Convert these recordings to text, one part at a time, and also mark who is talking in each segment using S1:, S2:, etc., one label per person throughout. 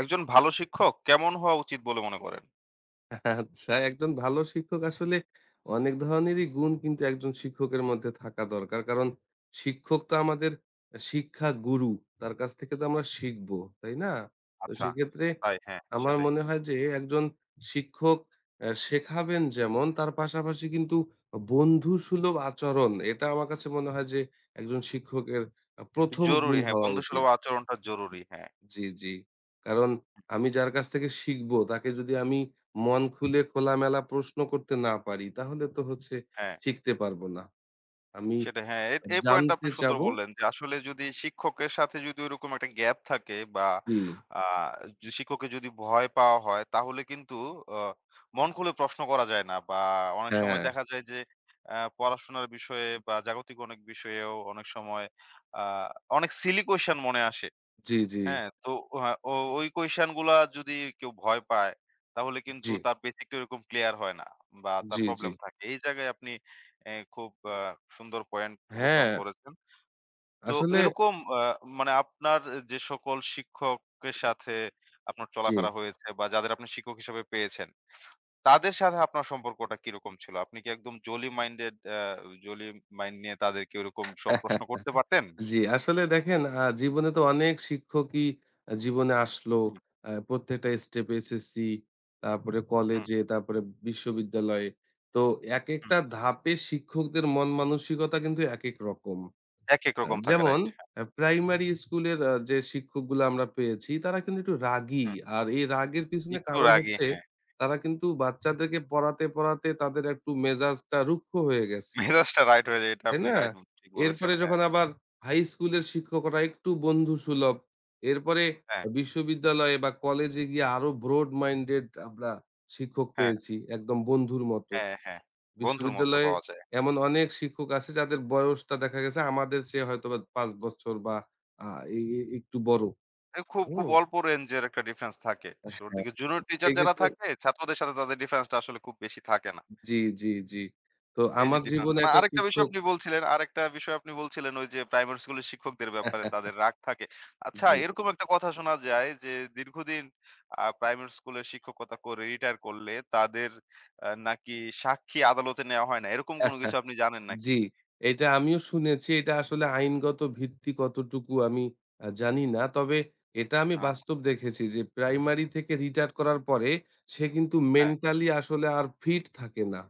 S1: একজন ভালো শিক্ষক কেমন হওয়া উচিত বলে মনে করেন?
S2: আচ্ছা, একজন ভালো শিক্ষক আসলে অনেক ধরনেরই গুণ কিন্তু একজন শিক্ষকের মধ্যে থাকা দরকার। কারণ শিক্ষক তো আমাদের শিক্ষা গুরু। তার কাছ থেকে তো আমরা শিখবো, তাই না? তো
S1: আচ্ছা।
S2: সেক্ষেত্রে
S1: তাই হ্যাঁ,
S2: আমার
S1: সেটাই।
S2: মনে হয় যে একজন শিক্ষক শেখাবেন যেমন তার পাশাপাশি কিন্তু বন্ধুসুলভ আচরণ এটা আমার কাছে মনে হয় যে একজন শিক্ষকের
S1: তো
S2: ১ম গুণ
S1: জরুরি হ্যাঁ,
S2: হওয়া উচিত।
S1: বন্ধুসুলভ আচরণটা জরুরি। হ্যাঁ,
S2: জি, জি। কারণ আমি যার কাছ থেকে শিখবো তাকে যদি আমি মন খুলে খোলামেলা প্রশ্ন করতে না পারি তাহলে তো হচ্ছে
S1: হ্যাঁ।
S2: শিখতে পারবো না। আমি
S1: সেটা হ্যাঁ, এই পয়েন্টটা
S2: জানতে
S1: আপনি সুন্দর
S2: চাবো।
S1: বললেন যে আসলে যদি শিক্ষকের সাথে ওরকম একটা গ্যাপ থাকে বা
S2: জি,
S1: আ শিক্ষককে যদি ভয় পাওয়া হয় তাহলে কিন্তু অ মন খুলে প্রশ্ন করা যায় না বা অনেক
S2: হ্যাঁ।
S1: সময় দেখা যায় যে পড়াশোনার বিষয়ে বা জাগতিক অনেক বিষয়েও অনেক সময় আ অনেক সিলি কোয়েশ্চেন মনে আসে।
S2: জি, জি,
S1: হ্যাঁ, তো হ্যাঁ, ওই কোয়েশ্চেন গুলা যদি কেউ ভয় পায়, তাহলে
S2: জি,
S1: কিন্তু তার বেসিকটা ওরকম ক্লিয়ার হয় না বা তার
S2: জি, জি।
S1: প্রবলেম থাকে। এই জায়গায় আপনি খুব সুন্দর পয়েন্ট
S2: হ্যাঁ,
S1: উপস্থাপন করেছেন। তো
S2: আসলে
S1: এরকম মানে আপনার যে সকল শিক্ষকের সাথে আপনার
S2: জি।
S1: চলাফেরা হয়েছে বা যাদের আপনি শিক্ষক হিসেবে পেয়েছেন, তাদের সাথে আপনার সম্পর্কটা কিরকম ছিল? আপনি কি একদম জোলি মাইন্ড নিয়ে তাদেরকে ওরকম সব প্রশ্ন করতে পারতেন?
S2: জি, আসলে দেখেন জীবনে তো অনেক শিক্ষকই জীবনে আসলো।
S1: হুম,
S2: প্রত্যেকটা স্টেপে এসএসসি, তারপরে
S1: হুম,
S2: কলেজে, তারপরে বিশ্ববিদ্যালয়ে। তো
S1: হুম।
S2: একেকটা ধাপে শিক্ষকদের মন মানসিকতা কিন্তু একেক রকম।
S1: একেক রকম থাকে,
S2: যেমন
S1: রাইট। হ্যাঁ,
S2: প্রাইমারি স্কুলের যে শিক্ষকগুলো আমরা পেয়েছি তারা কিন্তু একটু রাগী।
S1: হুম।
S2: আর এই রাগের পিছনে
S1: একটু
S2: কারণ
S1: রাগী,
S2: হচ্ছে
S1: হ্যাঁ।
S2: তারা কিন্তু বাচ্চাদেরকে পড়াতে, পড়াতে তাদের একটু মেজাজটা রুক্ষ হয়ে গেছে।
S1: মেজাজটা রাইট হয়ে যায়। এটা
S2: তাই
S1: আপনি
S2: না?
S1: রাইট ঠিক বলেছেন।
S2: এরপরে
S1: হ্যাঁ,
S2: যখন আবার হাই স্কুলের শিক্ষকরা একটু বন্ধুসুলভ। এরপরে
S1: হ্যাঁ,
S2: বিশ্ববিদ্যালয়ে বা কলেজে গিয়ে আরো ব্রড মাইন্ডেড আমরা শিক্ষক
S1: হ্যাঁ,
S2: পেয়েছি একদম বন্ধুর মতো।
S1: হ্যাঁ, হ্যাঁ। বন্ধুর মতো
S2: বিশ্ববিদ্যালয়ে
S1: পাওয়া যায়। হ্যাঁ।
S2: এমন অনেক শিক্ষক আছে যাদের বয়সটা দেখা গেছে আমাদের চেয়ে হয়তোবা ৫ বছর বা আ এ এ একটু বড়।
S1: খুব, খুব
S2: হুম?
S1: অল্প রেঞ্জের একটা ডিফারেন্স থাকে। শুরুর
S2: হ্যাঁ,
S1: দিকে জুনিয়র টিচার যারা
S2: সেক্ষেত্রে
S1: থাকে, ছাত্রদের সাথে তাদের ডিফারেন্স টা আসলে খুব বেশি থাকে না।
S2: জি, জি, জি। তো
S1: এই যে
S2: আমার
S1: ডিফারেন্স টা।
S2: জীবনে
S1: না,
S2: একটা
S1: আরেকটা বিষয়
S2: শিক্ষক
S1: আপনি বলছিলেন, আরেকটা বিষয় আপনি বলছিলেন ওই যে প্রাইমারি স্কুলের শিক্ষকদের ব্যাপারে তাদের রাগ থাকে। আচ্ছা,
S2: জি।
S1: এরকম একটা কথা শোনা যায় যে দীর্ঘদিন প্রাইমারি স্কুলে শিক্ষকতা করে রিটায়ার করলে তাদের নাকি সাক্ষী আদালতে নেওয়া হয় না। এরকম কোনো কিছু আপনি জানেন নাকি?
S2: জি, এটা আমিও শুনেছি। এটা আসলে আইনগত ভিত্তি কতটুকু আমি জানি না। তবে এটা আমি
S1: আচ্ছা,
S2: বাস্তব দেখেছি যে প্রাইমারি থেকে রিটায়ার করার পরে সে কিন্তু
S1: হ্যাঁ।
S2: মেন্টালি আসলে আর ফিট থাকে না।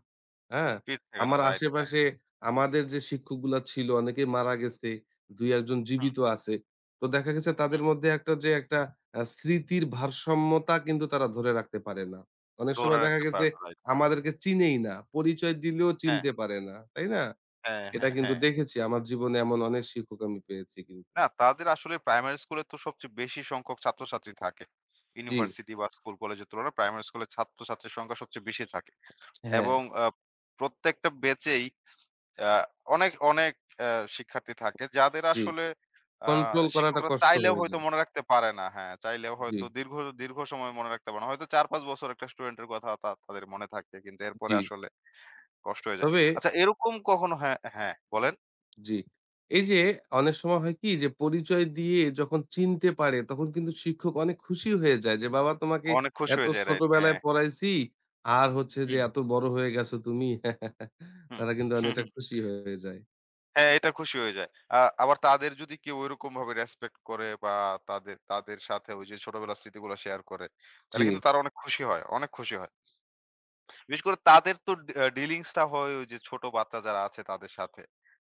S2: হ্যাঁ?
S1: ফিট থাকে না,
S2: আমার
S1: রাইট, হ্যাঁ।
S2: আশেপাশে আমাদের যে শিক্ষকগুলা ছিল অনেকেই মারা গেছে। ২-১ জন
S1: হুম,
S2: জীবিত আছে। তো দেখা গেছে তাদের
S1: হুম।
S2: মধ্যে একটা যে একটা স্মৃতির ভারসাম্যতা কিন্তু তারা ধরে রাখতে পারে না। অনেক
S1: ধরে
S2: সময় দেখা
S1: রাখতে
S2: গেছে
S1: পারে না, রাইট, হ্যাঁ।
S2: আমাদেরকে চিনেই না। পরিচয় দিলেও
S1: হ্যাঁ,
S2: চিনতে পারে না। তাই না?
S1: হ্যাঁ,
S2: এটা
S1: হ্যাঁ,
S2: কিন্তু
S1: হ্যাঁ।
S2: দেখেছি। আমার জীবনে এমন অনেক শিক্ষক আমি পেয়েছি কিন্তু।
S1: না, তাদের আসলে প্রাইমারি স্কুলে তো সবচেয়ে বেশি সংখ্যক ছাত্রছাত্রী থাকে।
S2: জি,
S1: ইউনিভার্সিটি বা স্কুল কলেজের তুলনায় প্রাইমারি স্কুলে ছাত্রছাত্রীর সংখ্যা সবচেয়ে বেশি থাকে।
S2: হ্যাঁ,
S1: এবং প্রত্যেকটা ব্যাচেই আ অনেক, অনেক অ্যা শিক্ষার্থী থাকে যাদের
S2: জি।
S1: আসলে আ
S2: কন্ট্রোল করাটা
S1: শিক্ষকরা
S2: কষ্ট
S1: চাইলেও
S2: হয়ে
S1: হয়তো
S2: যায়।
S1: মনে রাখতে পারে না। হ্যাঁ, চাইলেও
S2: জি,
S1: হয়তো দীর্ঘ, দীর্ঘ সময় মনে রাখতে পারে না। হয়তো ৪-৫ বছর একটা স্টুডেন্টের কথা তাদের মনে থাকে। কিন্তু
S2: জি।
S1: এরপরে আসলে কষ্ট হয়ে যায়।
S2: তবে
S1: আচ্ছা, এরকম কখনো হ্যাঁ, হ্যাঁ বলেন?
S2: জি। এই যে অনেক সময় হয় কি যে পরিচয় দিয়ে যখন চিনতে পারে তখন কিন্তু শিক্ষক অনেক খুশি হয়ে যায় যে, "বাবা তোমাকে
S1: অনেক খুশি
S2: এত
S1: হয়ে যায়, রাইট।
S2: ছোটবেলায়
S1: হ্যাঁ, হ্যাঁ।
S2: পড়াইছি, আর হচ্ছে যে
S1: হুম,
S2: এত বড় হয়ে গেছো তুমি।"
S1: হুম।
S2: তারা কিন্তু অনেকটা খুশি হয়ে যায়।
S1: হ্যাঁ, এটা খুশি হয়ে যায়। আ আবার তাদের যদি কেউ ঐরকমভাবে রেসপেক্ট করে বা তাদের তাদের সাথে ওই যে ছোটবেলার স্মৃতিগুলো শেয়ার করে,
S2: জি,
S1: তাহলে কিন্তু তারা অনেক খুশি হয়, অনেক খুশি হয়। বিশেষ করে তাদের তো ডি আ ডিলিংস টা হয় ওই যে ছোট বাচ্চা যারা আছে তাদের সাথে।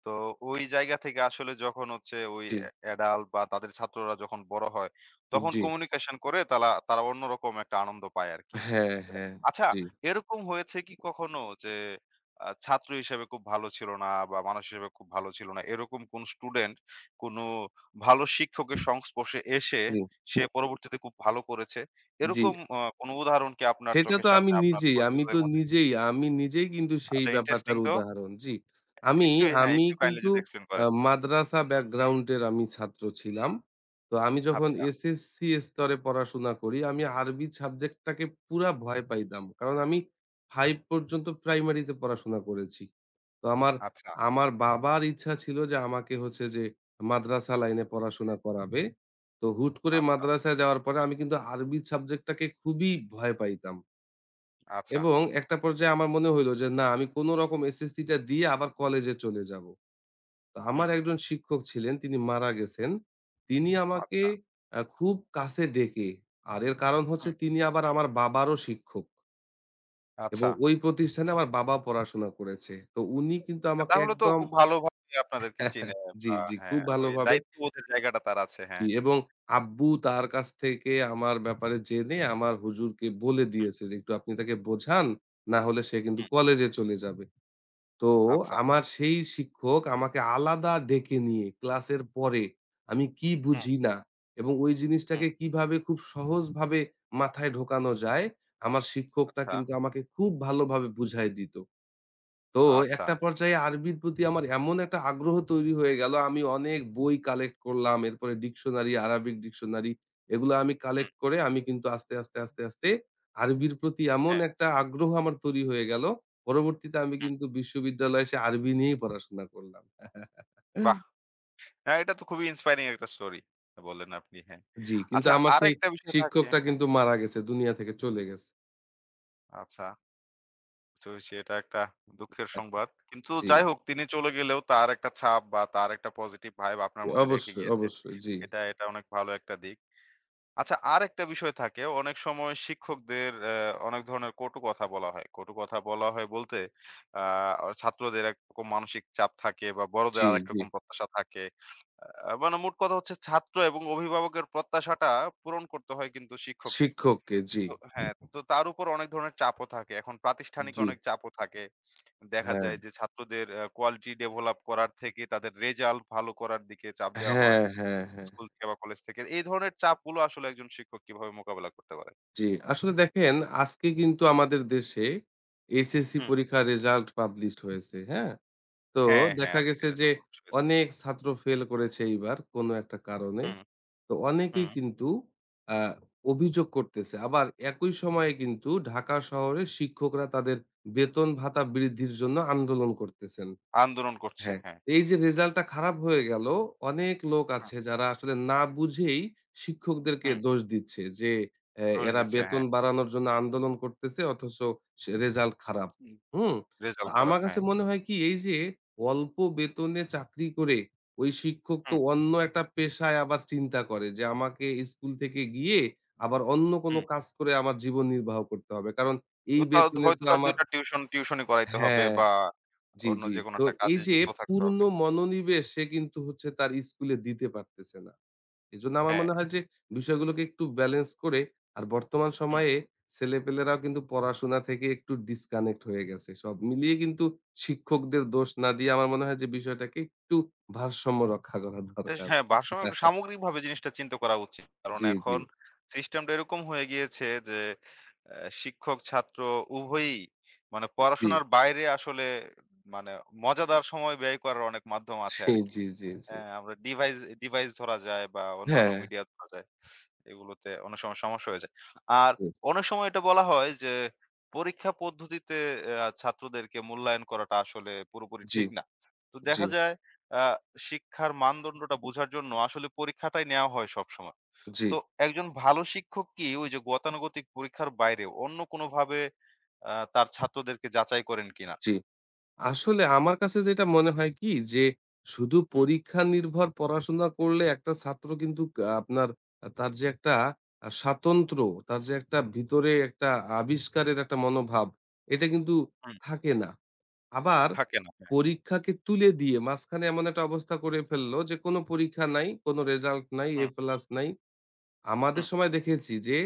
S1: তো ওই জায়গা থেকে আসলে যখন হচ্ছে ওই
S2: জি,
S1: অ্যাডাল্ট বা তাদের ছাত্ররা যখন বড় হয়, তখন
S2: জি।
S1: কমিউনিকেশন করে তারা অন্যরকম একটা আনন্দ পায় আরকি।
S2: হ্যাঁ,
S1: সেটাই।
S2: হ্যাঁ।
S1: আচ্ছা,
S2: জি,
S1: এরকম হয়েছে কি কখনো যে ছাত্র হিসেবে খুব ভালো ছিল না বা মানুষ হিসেবে খুব ভালো ছিল না। এরকম কোন স্টুডেন্ট কোনো ভালো শিক্ষকের সংস্পর্শে এসে
S2: জি,
S1: সে পরবর্তীতে খুব ভালো করেছে।
S2: জি।
S1: এরকম কোনো উদাহরণ কি আপনার
S2: সেটা তো
S1: চোখের
S2: আমি
S1: সামনে আপনার
S2: নিজেই। আমি তো
S1: পরিচিতদের মধ্যে?
S2: নিজেই, আমি নিজেই কিন্তু সেই
S1: আচ্ছা, ইন্টারেস্টিং
S2: ব্যাপারটার
S1: তো।
S2: উদাহরণ। জি। আমি,
S1: একটু হ্যাঁ,
S2: আমি
S1: একটু কাইন্ডলি
S2: কিন্তু
S1: যদি এক্সপ্লেইন করেন।
S2: মাদ্রাসা ব্যাকগ্রাউন্ড এর আমি ছাত্র ছিলাম। তো আমি যখন
S1: আচ্ছা,
S2: এসএসসি স্তরে পড়াশোনা করি, আমি আরবি সাবজেক্টটাকে পুরা ভয় পাইতাম। কারণ আমি ৫ পর্যন্ত প্রাইমারিতে পড়াশোনা করেছি। তো আমার,
S1: আচ্ছা,
S2: আমার বাবার ইচ্ছা ছিল যে আমাকে হচ্ছে যে মাদ্রাসা লাইনে পড়াশোনা করাবে। তো হুট করে
S1: আচ্ছা,
S2: মাদ্রাসায় যাওয়ার পরে আমি কিন্তু আরবি সাবজেক্টটাকে খুবই ভয় পাইতাম।
S1: আচ্ছা।
S2: এবং একটা পর্যায়ে আমার মনে হইলো যে না আমি কোনো রকম এসএসসি টা দিয়ে আবার কলেজে চলে যাবো। তো আমার
S1: হুম,
S2: একজন শিক্ষক ছিলেন তিনি মারা গেছেন। তিনি আমাকে
S1: আচ্ছা,
S2: খুব কাছে ডেকে, আর এর কারণ হচ্ছে
S1: হুম,
S2: তিনি আবার আমার বাবারও শিক্ষক এবং
S1: আচ্ছা।
S2: ওই প্রতিষ্ঠানে আমার বাবা পড়াশোনা করেছে। তো উনি কিন্তু আমাকে
S1: তাহলে তো
S2: একদম
S1: খুব ভালোভাবে আপনাদেরকে চিনে
S2: জি,
S1: বা
S2: জি খুব
S1: হ্যাঁ, ওই
S2: ভালোভাবে
S1: দায়িত্ববোধের জায়গাটা তার আছে।
S2: জি
S1: হ্যাঁ।
S2: এবং আব্বু তার কাছ থেকে আমার ব্যাপারে জেনে আমার হুজুরকে বলে দিয়েছে যে, "একটু আপনি তাকে বোঝান, না হলে সে কিন্তু
S1: হুম,
S2: কলেজে চলে যাবে।" তো
S1: আচ্ছা।
S2: আমার সেই শিক্ষক আমাকে আলাদা ডেকে নিয়ে ক্লাসের পরে আমি কি
S1: হুম,
S2: বুঝি না এবং ওই
S1: হুম,
S2: জিনিসটাকে কিভাবে খুব সহজভাবে মাথায় ঢোকানো যায় আমার শিক্ষকটা
S1: আচ্ছা,
S2: কিন্তু আমাকে খুব ভালোভাবে বুঝায় দিত। তো
S1: আচ্ছা।
S2: একটা পর্যায়ে আরবির প্রতি আমার এমন একটা আগ্রহ তৈরি হয়ে গেল, আমি অনেক বই কালেক্ট করলাম। এরপরে ডিকশনারি, আরাবিক ডিকশনারি এগুলো আমি
S1: হুম,
S2: কালেক্ট করে আমি কিন্তু আস্তে, আস্তে, আস্তে, আস্তে আরবির প্রতি এমন
S1: হ্যাঁ,
S2: একটা আগ্রহ আমার তৈরি হয়ে গেল। পরবর্তীতে আমি
S1: হুম,
S2: কিন্তু বিশ্ববিদ্যালয়ে এসে আরবি নিয়েই পড়াশোনা করলাম।
S1: বাহ! হ্যাঁ, এটা তো খুবই ইন্সপায়ারিং একটা স্টোরি বললেন আপনি, হ্যাঁ।
S2: জি, কিন্তু
S1: আচ্ছা,
S2: আমার সেই
S1: আরেকটা বিষয় থাকে
S2: শিক্ষকটা
S1: হ্যাঁ,
S2: কিন্তু মারা গেছে, দুনিয়া থেকে চলে গেছে।
S1: আচ্ছা তো সেটা একটা দুঃখের
S2: হ্যাঁ,
S1: সংবাদ। কিন্তু
S2: জি,
S1: যাই হোক তিনি চলে গেলেও তার একটা ছাপ বা তার একটা পজিটিভ ভাইব আপনার
S2: জি,
S1: মধ্যে রেখে
S2: অবশ্যই,
S1: গিয়েছে।
S2: অবশ্যই। জি,
S1: এটা এটা অনেক ভালো একটা দিক। আচ্ছা, আরেকটা বিষয় থাকে অনেক সময় শিক্ষকদের অনেক ধরনের কটু কথা বলা হয়, কটু কথা বলা হয় বলতে আহ, ছাত্রদের একরকম মানসিক চাপ থাকে বা
S2: জি,
S1: বড়দের আরেক
S2: জি।
S1: রকম প্রত্যাশা থাকে মানে মোট কথা হচ্ছে ছাত্র এবং অভিভাবকের প্রত্যাশাটা পূরণ করতে হয় কিন্তু শিক্ষকের,
S2: শিক্ষককে জি,
S1: তো হ্যাঁ তো তার উপর অনেক ধরনের চাপও থাকে, এখন প্রাতিষ্ঠানিক
S2: জি,
S1: অনেক চাপও থাকে, দেখা
S2: হ্যাঁ।
S1: যায় যে ছাত্রদের কোয়ালিটি ডেভেলপ করার থেকে তাদের রেজাল্ট ভালো করার দিকে চাপ দেওয়া হয়
S2: হ্যাঁ, হ্যাঁ, হ্যাঁ।
S1: স্কুল থেকে বা কলেজ থেকে। এই ধরনের চাপগুলো আসলে একজন শিক্ষক কিভাবে মোকাবেলা করতে পারে?
S2: জি, আসলে দেখেন আজকে কিন্তু আমাদের দেশে এইচএসসি
S1: হুম,
S2: পরীক্ষার রেজাল্ট পাবলিশড হয়েছে, হ্যাঁ? তো
S1: হ্যাঁ, হ্যাঁ,
S2: দেখা গেছে
S1: আজকের এই
S2: যে
S1: দুটো বিষয় আছে।
S2: অনেক ছাত্র ফেল করেছে এইবার কোনো একটা কারণে।
S1: হুম,
S2: তো অনেকেই
S1: হুম,
S2: কিন্তু আ অভিযোগ করতেছে। আবার একই সময়ে কিন্তু ঢাকা শহরে শিক্ষকরা তাদের বেতন ভাতা বৃদ্ধির জন্য আন্দোলন করতেছেন।
S1: আন্দোলন করছে,
S2: হ্যাঁ,
S1: হ্যাঁ।
S2: এই যে রেজাল্টটা খারাপ হয়ে গেল, অনেক লোক
S1: হুম,
S2: আছে যারা আসলে না বুঝেই শিক্ষকদেরকে
S1: হুম,
S2: দোষ দিচ্ছে যে,
S1: দৌড়
S2: এরা
S1: দিচ্ছে,
S2: বেতন
S1: হ্যাঁ।
S2: বাড়ানোর জন্য আন্দোলন করতেছে অথচ সে রেজাল্ট খারাপ।
S1: হুম,
S2: হুম? তো
S1: রেজাল্ট খারাপ,
S2: আমার কাছে
S1: হ্যাঁ।
S2: মনে হয় কি এই যে অল্প বেতনে চাকরি করে ওই শিক্ষক তো
S1: হুম,
S2: অন্য একটা পেশায় আবার চিন্তা করে যে আমাকে স্কুল থেকে গিয়ে আবার অন্য কোনো
S1: হুম।
S2: কাজ করে আমার জীবন নির্বাহ করতে হবে। কারণ এই
S1: তো তাও
S2: বেতনে তো
S1: হয়তো তার ২
S2: আমার
S1: টা টিউশনি করাইতে হবে
S2: হ্যাঁ।
S1: বা
S2: জি,
S1: অন্য
S2: জি।
S1: যেকোনো
S2: তো
S1: একটা
S2: এই
S1: কাজে
S2: যে
S1: যুক্ত থাকতে
S2: পূর্ণ
S1: হবে।
S2: মনোনিবেশ সে কিন্তু হচ্ছে তার স্কুলে দিতে পারতেছে না। এজন্য আমার
S1: হ্যাঁ,
S2: মনে হয় যে বিষয়গুলোকে একটু ব্যালেন্স করে আর বর্তমান
S1: হুম।
S2: সময়ে ছেলেপেলেরাও কিন্তু পড়াশোনা থেকে একটু ডিসকানেক্ট হয়ে গেছে। সব মিলিয়ে কিন্তু শিক্ষকদের দোষ না দিয়ে আমার মনে হয় যে বিষয়টাকে একটু ভারসাম্য রক্ষা করা
S1: এস
S2: দরকার।
S1: হ্যাঁ, ভারসাম্য একটু সামগ্রিকভাবে জিনিসটা চিন্তা করা উচিত। কারণ
S2: জি, জি,
S1: এখন সিস্টেমটা এরকম হয়ে গিয়েছে যে, শিক্ষক, ছাত্র উভয়ই মানে
S2: জি,
S1: পড়াশোনার বাইরে আসলে মানে মজাদার সময় ব্যয় করার অনেক মাধ্যম আছে
S2: জি,
S1: আরকি।
S2: জি, জি, জি।
S1: হ্যাঁ, আমরা ডিভাইস ডিভাইস ধরা যায় বা অন্যান্য
S2: হ্যাঁ,
S1: মিডিয়া ধরা যায়। এগুলোতে অনেক সময় সমস্যা হয়ে যায়। আর
S2: জি,
S1: অনেক সময় এটা বলা হয় যে পরীক্ষা পদ্ধতিতে ছাত্রদেরকে মূল্যায়ন করাটা আসলে পুরোপুরি
S2: জি,
S1: ঠিক না। তো
S2: জি,
S1: দেখা যায় আ শিক্ষার মানদণ্ডটা বোঝার জন্য আসলে পরীক্ষাটাই নেওয়া হয় সবসময়।
S2: জি,
S1: তো একজন ভালো শিক্ষক কি ওই যে গতানুগতিক পরীক্ষার বাইরে অন্য কোনোভাবে তার ছাত্রদেরকে যাচাই করেন কিনা?
S2: জি। আসলে আমার কাছে যেটা মনে হয় কি যে শুধু
S1: হুম।
S2: পরীক্ষা নির্ভর পড়াশোনা করলে একটা ছাত্র কিন্তু আপনার তার যে একটা স্বাতন্ত্র, তার যে একটা ভিতরে একটা আবিষ্কারের একটা মনোভাব, এটা কিন্তু
S1: হুম,
S2: থাকে না। আবার
S1: থাকে না। হ্যাঁ,
S2: পরীক্ষাকে তুলে দিয়ে মাঝখানে এমন একটা অবস্থা করে ফেললো যে কোনো পরীক্ষা নাই, কোনো রেজাল্ট নাই, এ
S1: হুম,
S2: প্লাস নাই। আমাদের
S1: হুম।
S2: সময় দেখেছি যে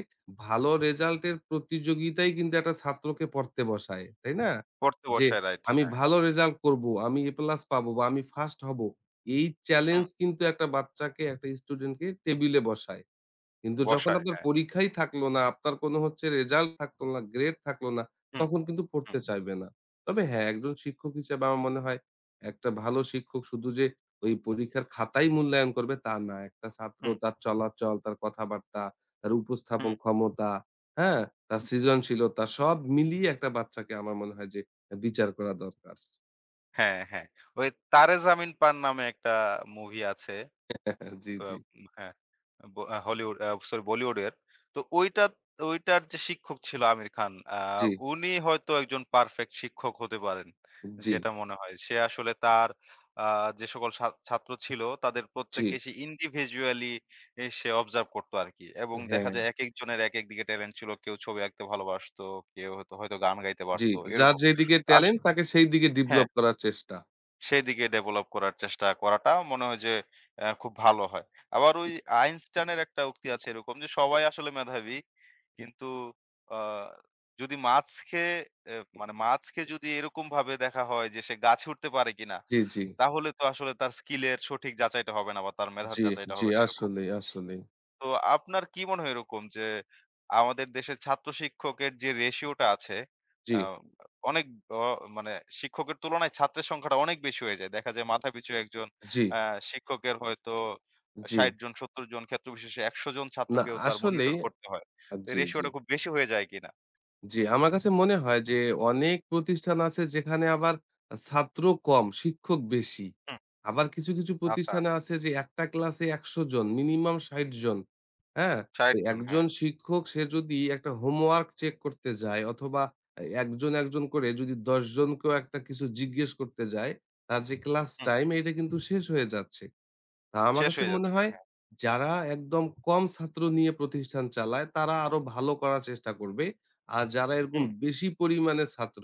S2: ভালো রেজাল্টের প্রতিযোগিতাই কিন্তু একটা ছাত্রকে পড়তে বসায়, তাই না?
S1: পড়তে
S2: যে
S1: বসায়, রাইট।
S2: আমি
S1: হ্যাঁ,
S2: ভালো রেজাল্ট করব, আমি এ প্লাস পাবো বা আমি ফার্স্ট হব। এই
S1: হুম।
S2: চ্যালেঞ্জ কিন্তু একটা বাচ্চাকে, একটা স্টুডেন্টকে টেবিলে বসায়। কিন্তু যখন
S1: বসায়,
S2: আপনার
S1: হ্যাঁ।
S2: পরীক্ষাই থাকলো না, আপনার কোনো হচ্ছে রেজাল্ট থাকলো না, গ্রেড থাকলো না,
S1: হুম,
S2: তখন কিন্তু
S1: হুম,
S2: পড়তে চাইবে না। তবে হ্যাঁ, একজন শিক্ষক হিসেবে আমার মনে হয় একটা ভালো শিক্ষক শুধু যে ওই পরীক্ষার খাতাই মূল্যায়ন করবে তা না। একটা ছাত্র
S1: হুম,
S2: তার চলাচল, তার কথাবার্তা, তার উপস্থাপন
S1: হুম,
S2: ক্ষমতা, হ্যাঁ? তার
S1: হুম।
S2: সৃজনশীলতা সব মিলিয়ে একটা বাচ্চাকে আমার মনে হয় যে বিচার করা দরকার।
S1: হ্যাঁ, হ্যাঁ। ওই 'তারে জামিন পার' নামে একটা মুভি আছে।
S2: জি,
S1: আ
S2: জি,
S1: হ্যাঁ, ব আহ, হলিউড আ সরি বলিউডের। তো ওইটা ওইটার যে শিক্ষক ছিল আমির খান,
S2: জি,
S1: উনি হয়তো একজন পারফেক্ট শিক্ষক হতে পারেন।
S2: জি,
S1: যেটা মনে হয়। সে আসলে তার আ যে সকল ছাত্র ছিল তাদের
S2: জি,
S1: প্রত্যেককে সে ইন্ডিভিজুয়ালি সে অবজার্ভ করত আরকি। এবং দেখা
S2: হ্যাঁ,
S1: যায় একেক জনের একেক দিকে ট্যালেন্ট ছিল। কেউ ছবি আঁকতে ভালোবাসতো, কেউ হয়তো, হয়তো গান গাইতে
S2: জি।
S1: পারত।
S2: যার
S1: এরকম।
S2: যেদিকে
S1: আস
S2: ট্যালেন্ট তাকে সেই দিকে
S1: হ্যাঁ।
S2: ডেভেলপ করার চেষ্টা।
S1: সেইদিকে ডেভেলপ করার চেষ্টা করাটা মনে হয় যে খুব ভালো হয়। আবার ওই আইনস্টাইনের একটা উক্তি আছে এরকম যে সবাই আসলে মেধাবী। কিন্তু আ যদি মাছকে মানে মাছকে যদি এরকমভাবে দেখা হয় যে সে গাছে উঠতে পারে কিনা,
S2: জি, জি,
S1: তাহলে তো আসলে তার স্কিলের সঠিক যাচাইটা হবে না বা তার মেধার
S2: জি,
S1: যাচাইটা
S2: জি,
S1: হবে না, এরকম।
S2: আসলেই, আসলেই।
S1: তো আপনার কি মনে হয় এরকম যে আমাদের দেশের ছাত্র শিক্ষকের যে রেশিওটা আছে
S2: জি,
S1: আ অনেক অ মানে শিক্ষকের তুলনায় ছাত্রের সংখ্যাটা অনেক বেশি হয়ে যায়। দেখা যায় মাথাপিছু একজন
S2: জি,
S1: আ শিক্ষকের হয়তো
S2: জি।
S1: ৬০ জন ৭০ জন ক্ষেত্র বিশেষে ১০০ জন
S2: না
S1: ছাত্রকেও তার
S2: আসলেই
S1: মনিটর করতে হয়। তো এই
S2: জি, জি,
S1: রেশিওটা খুব বেশি হয়ে যায় কিনা?
S2: জি। আমার কাছে মনে হয় যে অনেক প্রতিষ্ঠান আছে যেখানে আবার ছাত্র কম, শিক্ষক বেশি।
S1: হুম,
S2: আবার কিছু, কিছু
S1: আচ্ছা
S2: প্রতিষ্ঠানে আছে যে একটা ক্লাসে ১০০ জন, মিনিমাম ৬০ জন। হ্যাঁ? তো
S1: ৬০ জন
S2: একজন
S1: হ্যাঁ,
S2: শিক্ষক সে যদি একটা হোমওয়ার্ক চেক করতে যায় অথবা একজন, একজন করে যদি ১০ জনকেও একটা কিছু জিজ্ঞেস করতে যায়, তার যে ক্লাস
S1: হুম,
S2: টাইম এটা কিন্তু শেষ হয়ে যাচ্ছে। আমার
S1: শেষ
S2: কাছে
S1: হয়ে
S2: মনে
S1: যাচ্ছে
S2: হয়
S1: হ্যাঁ,
S2: যারা একদম কম ছাত্র নিয়ে প্রতিষ্ঠান চালায় তারা আরো ভালো করার চেষ্টা করবে। আর যারা এরকম
S1: হুম।
S2: বেশি পরিমাণে ছাত্র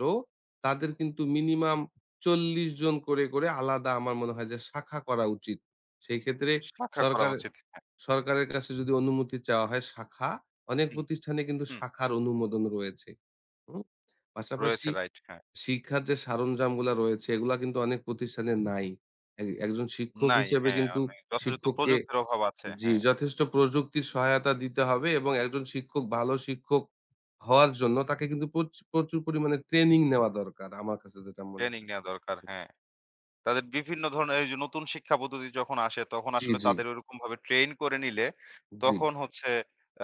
S2: তাদের কিন্তু মিনিমাম ৪০ জন করে, করে আলাদা আমার মনে হয় যে শাখা করা উচিত। সেই ক্ষেত্রে
S1: শাখা করা
S2: সরকার
S1: উচিত।
S2: সরকারের কাছে যদি অনুমতি চাওয়া হয় শাখা, অনেক
S1: হুম,
S2: প্রতিষ্ঠানে কিন্তু
S1: হুম।
S2: শাখার অনুমোদন রয়েছে। হুম? পাশাপাশি
S1: রয়েছে, রাইট, হ্যাঁ।
S2: শিক্ষার যে সরঞ্জামগুলা রয়েছে এগুলা কিন্তু অনেক প্রতিষ্ঠানে নাই। একজন শিক্ষক
S1: নাই
S2: হিসেবে
S1: হ্যাঁ,
S2: কিন্তু
S1: অনেক যথাযথ
S2: শিক্ষককে
S1: প্রযুক্তির অভাব আছে
S2: জি,
S1: হ্যাঁ।
S2: যথেষ্ট প্রযুক্তির সহায়তা দিতে হবে এবং একজন শিক্ষক ভালো শিক্ষক হওয়ার জন্য তাকে কিন্তু প্রচুর পরিমাণে ট্রেনিং নেওয়া দরকার। আমার কাছে যেটা মনে
S1: ট্রেনিং
S2: হয়।
S1: নেয়া দরকার, হ্যাঁ। তাদের বিভিন্ন ধরনের এই যে নতুন শিক্ষা পদ্ধতি যখন আসে তখন
S2: জি,
S1: আসলে
S2: জি,
S1: তাদের ওইরকমভাবে ট্রেন করে নিলে
S2: জি,
S1: তখন হচ্ছে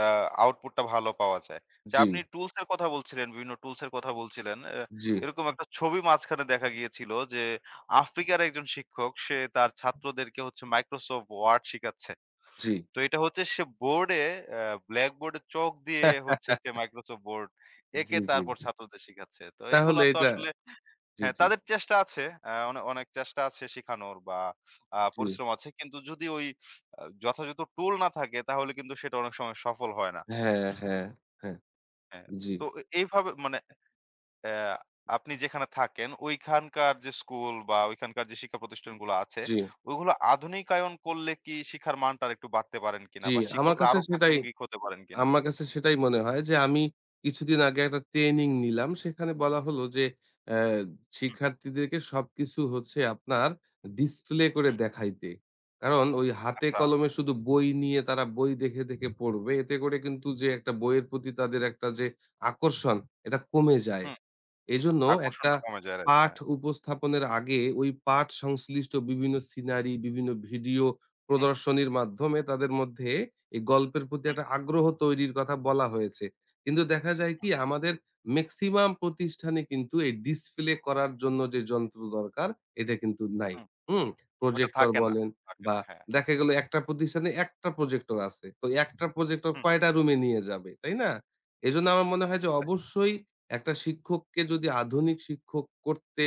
S1: আ আউটপুটটা ভালো পাওয়া যায়। যে
S2: জি,
S1: আপনি টুলস এর কথা বলছিলেন, বিভিন্ন টুলস এর কথা বলছিলেন।
S2: জি,
S1: এরকম একটা ছবি মাঝখানে দেখা গিয়েছিল যে আফ্রিকার একজন শিক্ষক সে তার ছাত্রদেরকে হচ্ছে Microsoft Word শিখাচ্ছে।
S2: জি।
S1: তো এটা হচ্ছে সে বোর্ডে আ ব্ল্যাক বোর্ডে চক দিয়ে হচ্ছে সে মাইক্রোসফট ওয়ার্ড
S2: জি,
S1: এঁকে
S2: জি,
S1: তারপর
S2: জি।
S1: ছাত্রদের শিখাচ্ছে। তো
S2: তাহলে
S1: এইগুলা তো
S2: এটা
S1: আসলে
S2: জি,
S1: হ্যাঁ,
S2: জি,
S1: তাদের চেষ্টা আছে। আ অনে অনেক চেষ্টা আছে শিখানোর বা
S2: জি।
S1: পরিশ্রম আছে। কিন্তু যদি ওই যথাযথ টুল না থাকে তাহলে কিন্তু সেটা অনেক সময় সফল হয় না।
S2: হ্যাঁ, হ্যাঁ, হ্যাঁ।
S1: হ্যাঁ,
S2: জি,
S1: তো এইভাবে মানে অ্যা আপনি যেখানে থাকেন ঐখানকার যে স্কুল বা ঐখানকার যে শিক্ষা প্রতিষ্ঠানগুলো আছে,
S2: জি,
S1: ওইগুলো আধুনিকায়ন করলে কি শিক্ষার মানটা আরেকটু বাড়তে পারেন কিনা?
S2: জি।
S1: বা
S2: আমার
S1: শিক্ষকরা
S2: কাছে
S1: আরো
S2: সেটাই
S1: প্রাসঙ্গিক হতে পারেন কিনা?
S2: আমার কাছে সেটাই মনে হয় যে আমি কিছুদিন আগে একটা ট্রেনিং নিলাম। সেখানে বলা হলো যে অ্যা
S1: হুম,
S2: শিক্ষার্থীদেরকে সবকিছু হচ্ছে আপনার ডিসপ্লে করে
S1: হুম,
S2: দেখাইতে। কারণ ওই হাতে
S1: আচ্ছা,
S2: কলমে শুধু বই নিয়ে তারা বই দেখে, দেখে পড়বে। এতে করে কিন্তু যে একটা বইয়ের প্রতি তাদের একটা যে আকর্ষণ এটা কমে যায়।
S1: হুম,
S2: এজন্য একটা
S1: আকর্ষণটা কমে যায়, রাইট,
S2: পাঠ
S1: হ্যাঁ।
S2: উপস্থাপনের আগে ওই পাঠ সংশ্লিষ্ট বিভিন্ন সিনারি, বিভিন্ন ভিডিও
S1: হুম,
S2: প্রদর্শনীর মাধ্যমে তাদের মধ্যে এই গল্পের প্রতি
S1: হুম,
S2: একটা আগ্রহ তৈরির কথা বলা হয়েছে। কিন্তু দেখা যায় কি
S1: হুম,
S2: আমাদের মেক্সিমাম প্রতিষ্ঠানে কিন্তু এই ডিসপ্লে করার জন্য যে যন্ত্র দরকার এটা কিন্তু নাই।
S1: হুম।
S2: হুম?
S1: ওটা
S2: প্রজেক্টর
S1: থাকে না,
S2: বলেন
S1: থাকে
S2: বা
S1: না, হ্যাঁ।
S2: দেখা গেল একটা প্রতিষ্ঠানে একটা প্রজেক্টর আছে। তো একটা প্রজেক্টর
S1: হুম,
S2: কয়টা রুমে নিয়ে যাবে, তাই না? এজন্য আমার মনে হয় যে অবশ্যই একটা শিক্ষককে যদি আধুনিক শিক্ষক করতে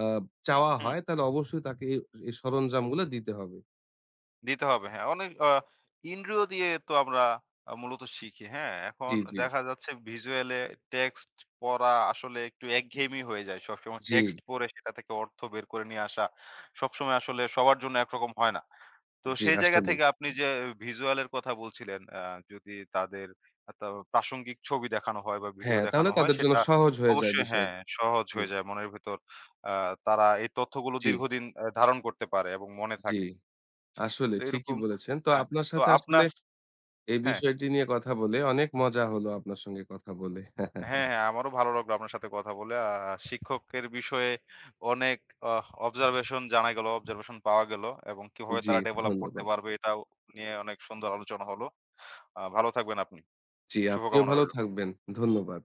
S2: আ চাওয়া
S1: হুম।
S2: হয় তাহলে অবশ্যই তাকে এই এই সরঞ্জামগুলো দিতে হবে।
S1: দিতে হবে। হ্যাঁ, অনেক ইন্দ্রিয় দিয়ে তো আমরা মূলত শিখি। হ্যাঁ? এখন
S2: জি, জি,
S1: দেখা যাচ্ছে ভিজুয়াল টেক্সট পড়া আসলে একটু একঘেয়েমি হয়ে যায়। সবসময়
S2: জি,
S1: টেক্সট পড়ে সেটা থেকে অর্থ বের করে নিয়ে আসা সবসময় আসলে সবার জন্য একরকম হয় না। তো
S2: জি,
S1: সেই জায়গা
S2: আসলেই।
S1: থেকে আপনি যে ভিজুয়াল এর কথা বলছিলেন, যদি তাদের তা প্রাসঙ্গিক ছবি দেখানো হয় বা ভিডিও
S2: হ্যাঁ, তাহলে
S1: দেখানো হয়
S2: তাদের জন্য
S1: সেটা
S2: সহজ হয়ে যায়
S1: অবশ্যই হ্যাঁ,
S2: বিষয়টি।
S1: সহজ
S2: জি,
S1: হয়ে যায় মনের ভেতর। আ তারা এই তথ্যগুলো
S2: জি,
S1: দীর্ঘদিন ধারণ করতে পারে এবং মনে
S2: জি,
S1: থাকে।
S2: আসলে
S1: তো
S2: ঠিকই
S1: এরকম
S2: বলেছেন। তো
S1: হ্যাঁ,
S2: আপনার
S1: তো
S2: সাথে আসলে
S1: আপনার
S2: এই
S1: হ্যাঁ,
S2: বিষয়টি নিয়ে কথা বলে অনেক মজা হলো আপনার সঙ্গে কথা বলে।
S1: হ্যাঁ, হ্যাঁ, আমারও ভালো লাগলো আপনার সাথে কথা বলে। শিক্ষকের বিষয়ে অনেক অবজারভেশন জানা গেল, অবজারভেশন পাওয়া গেল এবং কিভাবে
S2: জি,
S1: তারা ডেভেলপ করতে
S2: ধন্যবাদ।
S1: পারবে এটাও নিয়ে অনেক সুন্দর আলোচনা হলো। ভালো থাকবেন আপনি।
S2: জি, আপনিও
S1: শুভকামনা
S2: ভালো
S1: রইল।
S2: থাকবেন। ধন্যবাদ।